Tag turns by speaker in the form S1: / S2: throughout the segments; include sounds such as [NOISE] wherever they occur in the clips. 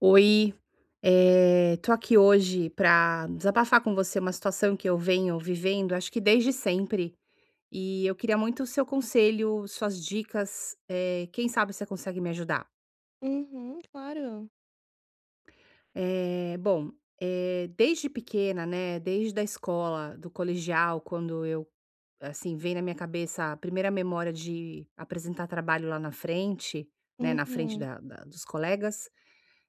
S1: Oi, tô aqui hoje pra desabafar com você uma situação que eu venho vivendo, acho que desde sempre, e eu queria muito o seu conselho, suas dicas, quem sabe você consegue me ajudar.
S2: Uhum, claro.
S1: Bom, desde pequena, né, desde a escola, do colegial, quando eu, assim, vem na minha cabeça a primeira memória de apresentar trabalho lá na frente, né, na frente
S2: Uhum.
S1: da dos colegas,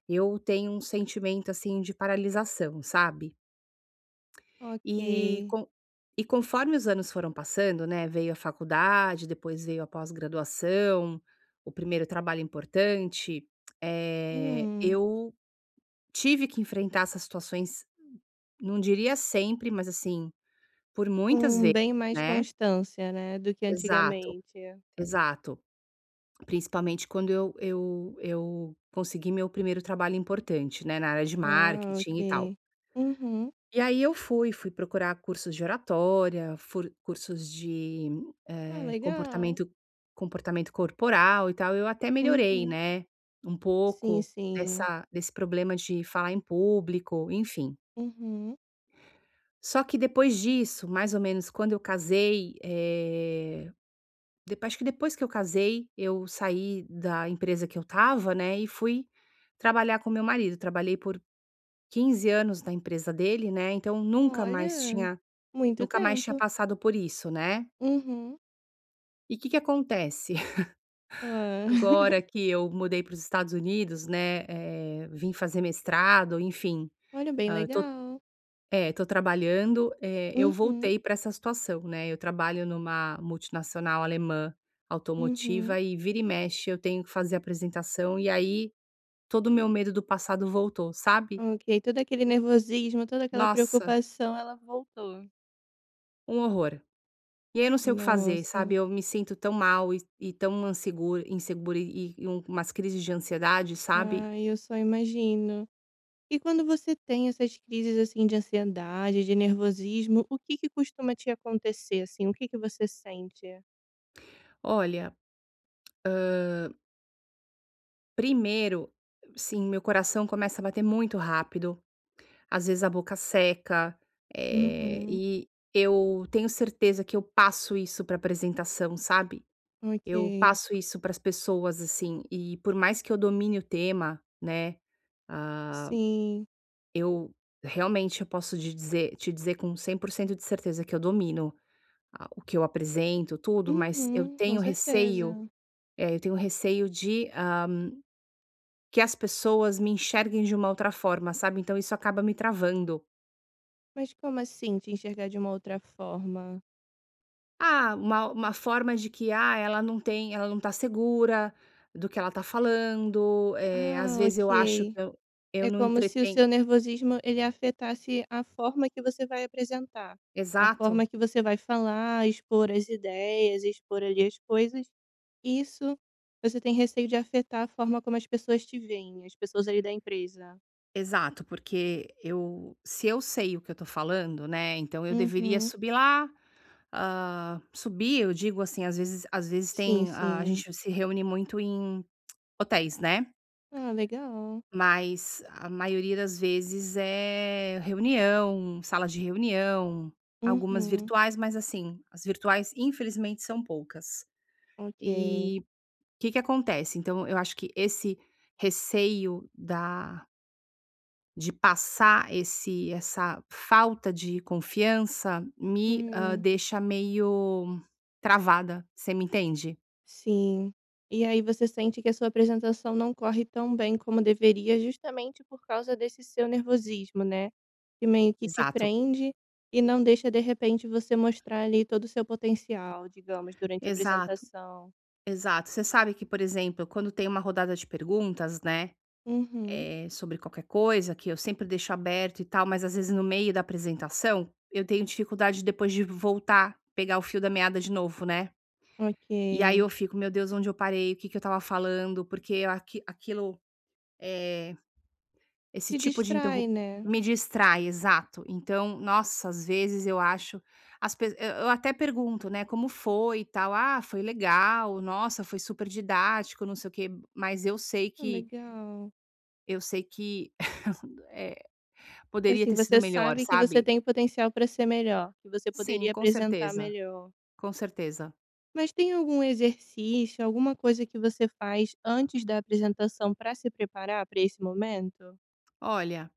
S1: eu tenho um sentimento, assim, de paralisação, sabe?
S2: Ok.
S1: E con e conforme os anos foram passando, né, veio a faculdade, depois veio a pós-graduação, o primeiro trabalho importante,
S2: Hum,
S1: eu tive que enfrentar essas situações, não diria sempre, mas assim, por muitas
S2: com
S1: vezes,
S2: bem mais
S1: né.
S2: constância, né, do que
S1: Exato,
S2: antigamente.
S1: exato. Principalmente quando eu consegui meu primeiro trabalho importante, né, na área de
S2: Ah,
S1: marketing e tal.
S2: ok. Uhum.
S1: E aí eu fui, fui procurar cursos de oratória,
S2: Ah, legal.
S1: comportamento corporal e tal, eu até melhorei,
S2: Uhum.
S1: né, um
S2: Sim,
S1: pouco
S2: sim.
S1: dessa desse problema de falar em público, enfim.
S2: Uhum.
S1: Só que depois disso, mais ou menos quando eu casei, depo acho que depois que eu casei, eu saí da empresa que eu estava, né, e fui trabalhar com meu marido. Trabalhei por 15 anos na empresa dele, né, então
S2: Olha, muito
S1: nunca mais tinha
S2: tempo.
S1: passado por isso, né.
S2: Uhum.
S1: E o que que acontece? [LAUGHS]
S2: Ah. [LAUGHS]
S1: Agora que eu mudei para os Estados Unidos, né, vim fazer mestrado, enfim,
S2: Olha, bem
S1: hã, tô
S2: legal.
S1: é, tô trabalhando, eu
S2: Uhum,
S1: voltei para essa situação, né. Eu trabalho numa multinacional alemã
S2: uhum.
S1: automotiva e vira e mexe eu tenho que fazer apresentação, e aí todo o meu medo do passado voltou, sabe?
S2: Ok, todo aquele nervosismo, toda aquela
S1: Nossa,
S2: preocupação, ela voltou.
S1: um horror. E aí eu não sei o que fazer,
S2: Nossa.
S1: sabe, eu me sinto tão mal e tão ansegura insegura e umas crises de ansiedade, sabe.
S2: Ai, eu só imagino. E quando você tem essas crises, assim, de ansiedade, de nervosismo, o que que costuma te acontecer, assim? O que que você sente?
S1: Olha, primeiro, sim, meu coração começa a bater muito rápido, às vezes a boca seca, eh,
S2: Uhum.
S1: e eu tenho certeza que eu passo isso para apresentação, sabe. Eu
S2: Ok.
S1: passo isso para as pessoas, assim, e por mais que eu domine o tema, né, ah,
S2: Sim.
S1: eu realmente eu posso te dizer com 100% de certeza que eu domino. Ah, o que eu apresento, tudo, mas eu
S2: Uhum, com
S1: tenho receio,
S2: certeza.
S1: eu tenho receio de, que as pessoas me enxerguem de uma outra forma, sabe, então isso acaba me travando.
S2: Mas como assim, te enxergar de uma outra forma?
S1: Ah, uma forma de que, ah, ela não tá segura do que ela tá falando, às
S2: Ah,
S1: vezes eu acho que
S2: ok.
S1: eu
S2: É
S1: não
S2: como se o seu
S1: entreten
S2: nervosismo ele afetasse a forma que você vai apresentar, a forma
S1: exato,
S2: que você vai falar, expor as ideias, expor ali as coisas. Isso, você tem receio de afetar a forma como as pessoas te veem, as pessoas ali da empresa.
S1: exato, porque eu se eu sei o que eu tô falando, né, então eu deveria
S2: Uhum.
S1: subir lá. Ah, subir, eu digo assim, às vezes
S2: Sim,
S1: tem a
S2: sim.
S1: gente se reúne muito em hotéis, né,
S2: Ah, legal.
S1: mas a maioria das vezes é reunião, sala de reunião, algumas
S2: Uhum.
S1: virtuais, mas assim, as virtuais infelizmente são poucas.
S2: Ok.
S1: E o que que acontece? Então eu acho que esse receio da de passar esse essa falta de confiança me,
S2: Hum.
S1: deixa meio travada, você me entende?
S2: Sim. E aí você sente que a sua apresentação não corre tão bem como deveria, justamente por causa desse seu nervosismo, né, que meio que te
S1: Exato,
S2: prende e não deixa, de repente, você mostrar ali todo o seu potencial, digamos, durante a
S1: exato,
S2: apresentação.
S1: exato. Você sabe que, por exemplo, quando tem uma rodada de perguntas, né,
S2: Uhum,
S1: sobre qualquer coisa, que eu sempre deixo aberto e tal, mas às vezes no meio da apresentação, eu tenho dificuldade depois de voltar, pegar o fio da meada de novo, né. E aí
S2: ok.
S1: eu fico: "Meu Deus, onde eu parei? O que que eu estava falando?", porque aqui aquilo, eh Esse
S2: Te
S1: tipo de
S2: distrai,
S1: interrup
S2: né.
S1: me distrai, exato. Então, nossa, às vezes eu acho as pe eu até pergunto, né, como foi e tal, "Ah, foi legal, nossa, foi super didático, não sei o quê", mas
S2: Ah, legal.
S1: eu sei que, eh, poderia
S2: Assim,
S1: ter sido
S2: você
S1: melhor,
S2: sabe que você
S1: sabe.
S2: tem potencial para ser melhor, que você
S1: Sim,
S2: poderia
S1: com
S2: apresentar
S1: certeza,
S2: melhor.
S1: com certeza.
S2: Mas tem algum exercício, alguma coisa que você faz antes da apresentação para se preparar para esse momento?
S1: Olha,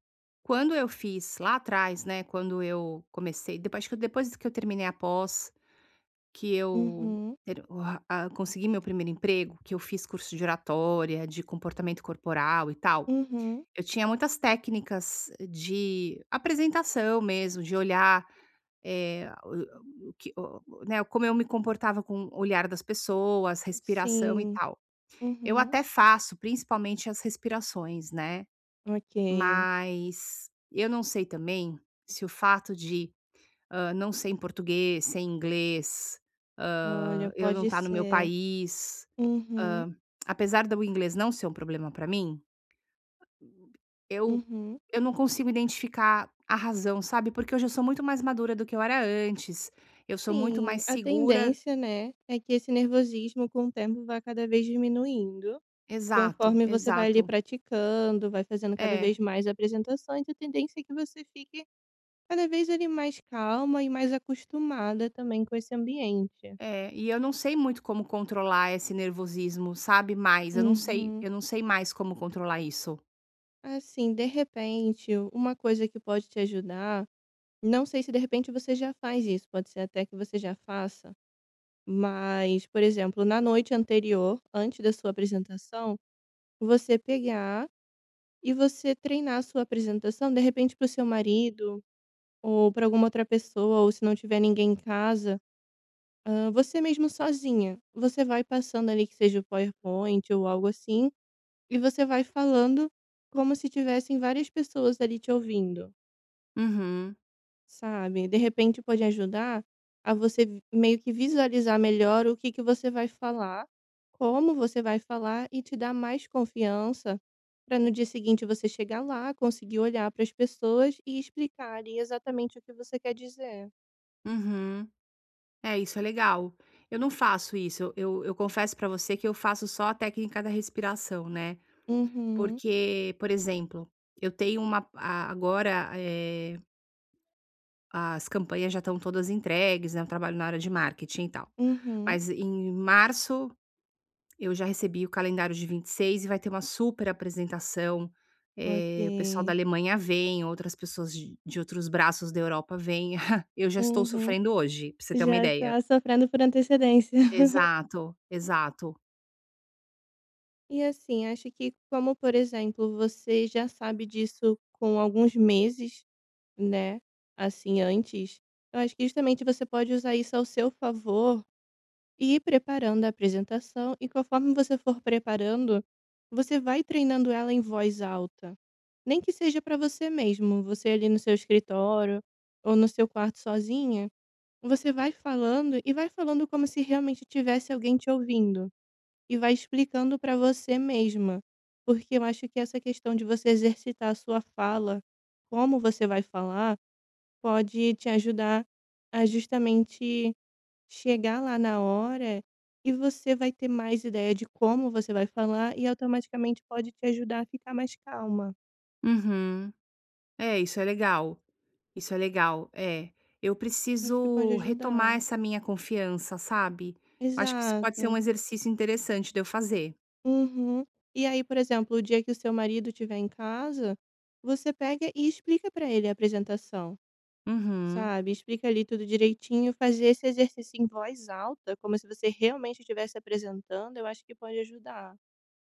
S1: quando eu fiz lá atrás, né, quando eu comecei depois acho que depois que eu terminei a pós. Que eu
S2: Uhum,
S1: ter o ra ah, Consegui meu primeiro emprego, que eu fiz curso de oratória, de comportamento corporal e tal,
S2: uhum,
S1: eu tinha muitas técnicas de apresentação mesmo, de olhar, o que o né, como eu me comportava com o olhar das pessoas, respiração e
S2: sim,
S1: tal. Eu
S2: uhum,
S1: até faço, principalmente as respirações, né,
S2: ok.
S1: mas eu não sei também se o fato de não sei em português, sei inglês,
S2: Olha,
S1: eu não
S2: pode
S1: tá no meu
S2: ser.
S1: país,
S2: Uhum,
S1: hã, apesar do inglês não ser um problema para mim, eu
S2: uhum.
S1: eu não consigo identificar a razão, sabe, porque hoje eu sou muito mais madura do que eu era antes, eu sou muito
S2: Sim,
S1: mais
S2: a
S1: segura,
S2: tendência, né, é que esse nervosismo com o tempo vá cada vez diminuindo,
S1: exato,
S2: conforme você vai ali
S1: exato.
S2: praticando, vai fazendo cada
S1: É,
S2: vez mais apresentações, a tendência é que você fique cada vez ele mais calma e mais acostumada também com esse ambiente.
S1: é, e eu não sei muito como controlar esse nervosismo, sabe, mais,
S2: Uhum.
S1: eu não sei mais como controlar isso.
S2: Assim, de repente, uma coisa que pode te ajudar, não sei se de repente você já faz isso, pode ser até que você já faça, mas, por exemplo, na noite anterior, antes da sua apresentação, você pegar e você treinar a sua apresentação, de repente, para o seu marido ou para alguma outra pessoa, ou se não tiver ninguém em casa. Hã, você mesmo sozinha. Você vai passando ali que seja o PowerPoint ou algo assim, e você vai falando como se tivessem várias pessoas ali te ouvindo,
S1: Uhum,
S2: sabe. De repente pode ajudar a você vi meio que visualizar melhor o que que você vai falar, como você vai falar, e te dar mais confiança para no dia seguinte você chegar lá, conseguir olhar para as pessoas e explicar ali exatamente o que você quer dizer.
S1: uhum. É, isso é legal. Eu não faço isso. Eu confesso pra você que eu faço só a técnica da respiração, né,
S2: Uhum,
S1: porque, por exemplo, eu tenho uma a agora, as campanhas já estão todas entregues, né, eu trabalho na área de marketing e tal.
S2: uhum,
S1: Mas em março eu já recebi o calendário de 26 e vai ter uma super apresentação, o pessoal da
S2: ok.
S1: Alemanha vem, outras pessoas de outros braços da Europa vêm. [LAUGHS] Eu já estou
S2: Uhum.
S1: sofrendo hoje, pra você ter uma
S2: Já
S1: ideia.
S2: tá sofrendo por antecedência. [LAUGHS]
S1: Exato, exato.
S2: E assim, acho que como, por exemplo, você já sabe disso com alguns meses, né, assim, antes, eu acho que justamente você pode usar isso ao seu favor e ir preparando a apresentação, e conforme você for preparando, você vai treinando ela em voz alta. Nem que seja para você mesmo, você ali no seu escritório ou no seu quarto sozinha, você vai falando e vai falando como se realmente tivesse alguém te ouvindo. E vai explicando para você mesma, porque eu acho que essa questão de você exercitar a sua fala, como você vai falar, pode te ajudar a justamente chegar lá na hora, e você vai ter mais ideia de como você vai falar e automaticamente pode te ajudar a ficar mais calma.
S1: Uhum. É, isso é legal, isso é legal. É, eu
S2: Acho que pode
S1: preciso retomar
S2: ajudar.
S1: essa minha confiança, sabe. Eu acho que isso pode ser um
S2: Exato.
S1: exercício interessante de eu fazer.
S2: Uhum. E aí, por exemplo, o dia que o seu marido estiver em casa, você pega e explica para ele a apresentação.
S1: Uhum,
S2: Sabe, explica ali tudo direitinho, fazer esse exercício em voz alta, como se você realmente estivesse apresentando, eu acho que pode ajudar.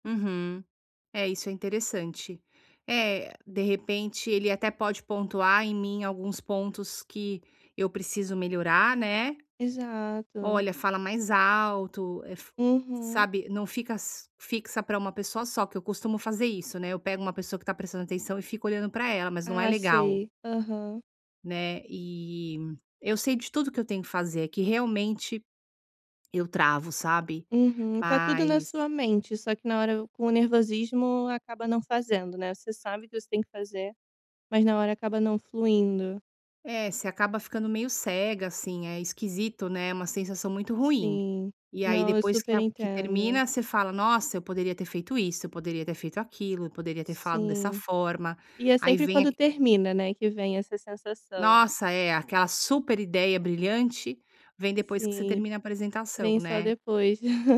S1: uhum. É, isso é interessante. É, de repente, ele até pode pontuar em mim alguns pontos que eu preciso melhorar, né.
S2: Exato.
S1: Olha, fala mais alto, eh, f
S2: Uhum.
S1: sabe, não fica s fixa para uma pessoa só, que eu costumo fazer isso, né, eu pego uma pessoa que tá prestando atenção e fico olhando para ela, mas não é
S2: Ah,
S1: legal,
S2: sei. Aham.
S1: né. E eu sei de tudo que eu tenho que fazer, é que realmente eu travo, sabe.
S2: Uhum. Tá tudo na
S1: Mas
S2: sua mente, só que na hora, com o nervosismo, acaba não fazendo, né? Você sabe que você tem que fazer, mas na hora acaba não fluindo.
S1: é, você acaba ficando meio cega, assim, é esquisito, né, é uma sensação muito ruim.
S2: Sim.
S1: E aí
S2: Não, eu
S1: depois
S2: super
S1: que
S2: entendo.
S1: termina, você fala: "Nossa, eu poderia ter feito isso, eu poderia ter feito aquilo, eu poderia ter falado dessa
S2: Sim.
S1: forma".
S2: E é
S1: Aí
S2: sempre
S1: vem
S2: quando termina, né, que vem essa sensação.
S1: Nossa, é, aquela super ideia brilhante vem depois que você
S2: Sim.
S1: termina a apresentação,
S2: Vem só
S1: né.
S2: depois. [LAUGHS]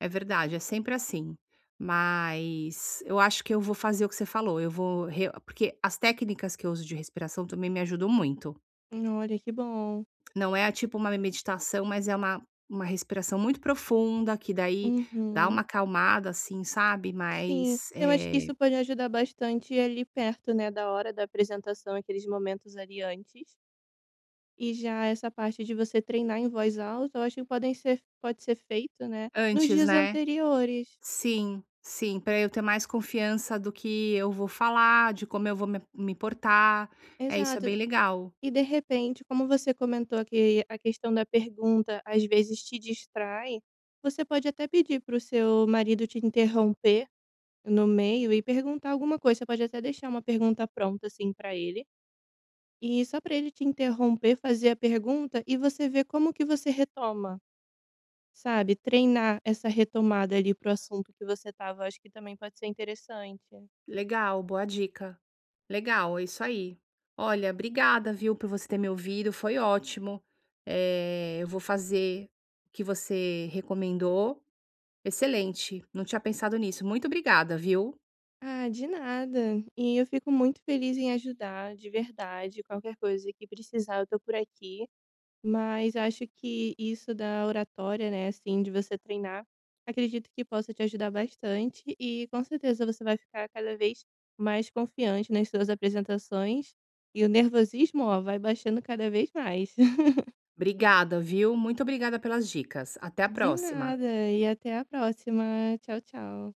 S1: É verdade, é sempre assim. Mas eu acho que eu vou fazer o que você falou, eu vou re porque as técnicas que eu uso de respiração também me ajudam muito.
S2: Olha, que bom.
S1: Não é tipo uma meditação, mas é uma respiração muito profunda que daí dá
S2: Uhum.
S1: uma acalmada, assim, sabe,
S2: Sim,
S1: mas,
S2: eu acho que isso pode ajudar bastante ali perto, né, da hora da apresentação, aqueles momentos ali antes. E já essa parte de você treinar em voz alta, eu acho que pode ser feito, né, nos
S1: antes,
S2: dias
S1: né.
S2: anteriores.
S1: Sim, sim. Para eu ter mais confiança do que eu vou falar, de como eu vou me portar. É, isso é
S2: Exato.
S1: bem legal.
S2: E de repente, como você comentou que a questão da pergunta às vezes te distrai, você pode até pedir para o seu marido te interromper no meio e perguntar alguma coisa. Você pode até deixar uma pergunta pronta assim para ele. E só para ele te interromper, fazer a pergunta e você ver como que você retoma, sabe, treinar essa retomada ali pro assunto que você tava, acho que também pode ser interessante.
S1: Legal, boa dica. Legal, é isso aí. Olha, obrigada, viu, por você ter me ouvido, foi ótimo. É, eu vou fazer o que você recomendou. Excelente, não tinha pensado nisso. Muito obrigada, viu.
S2: Ah, de nada. E eu fico muito feliz em ajudar, de verdade. Qualquer coisa que precisar, eu tô por aqui. Mas acho que isso da oratória, né, assim, de você treinar, acredito que possa te ajudar bastante e com certeza você vai ficar cada vez mais confiante nas suas apresentações, e o nervosismo, ó, vai baixando cada vez mais. [LAUGHS]
S1: Obrigada, viu. Muito obrigada pelas dicas. Até a
S2: De
S1: próxima.
S2: nada e até a próxima. Tchau, tchau.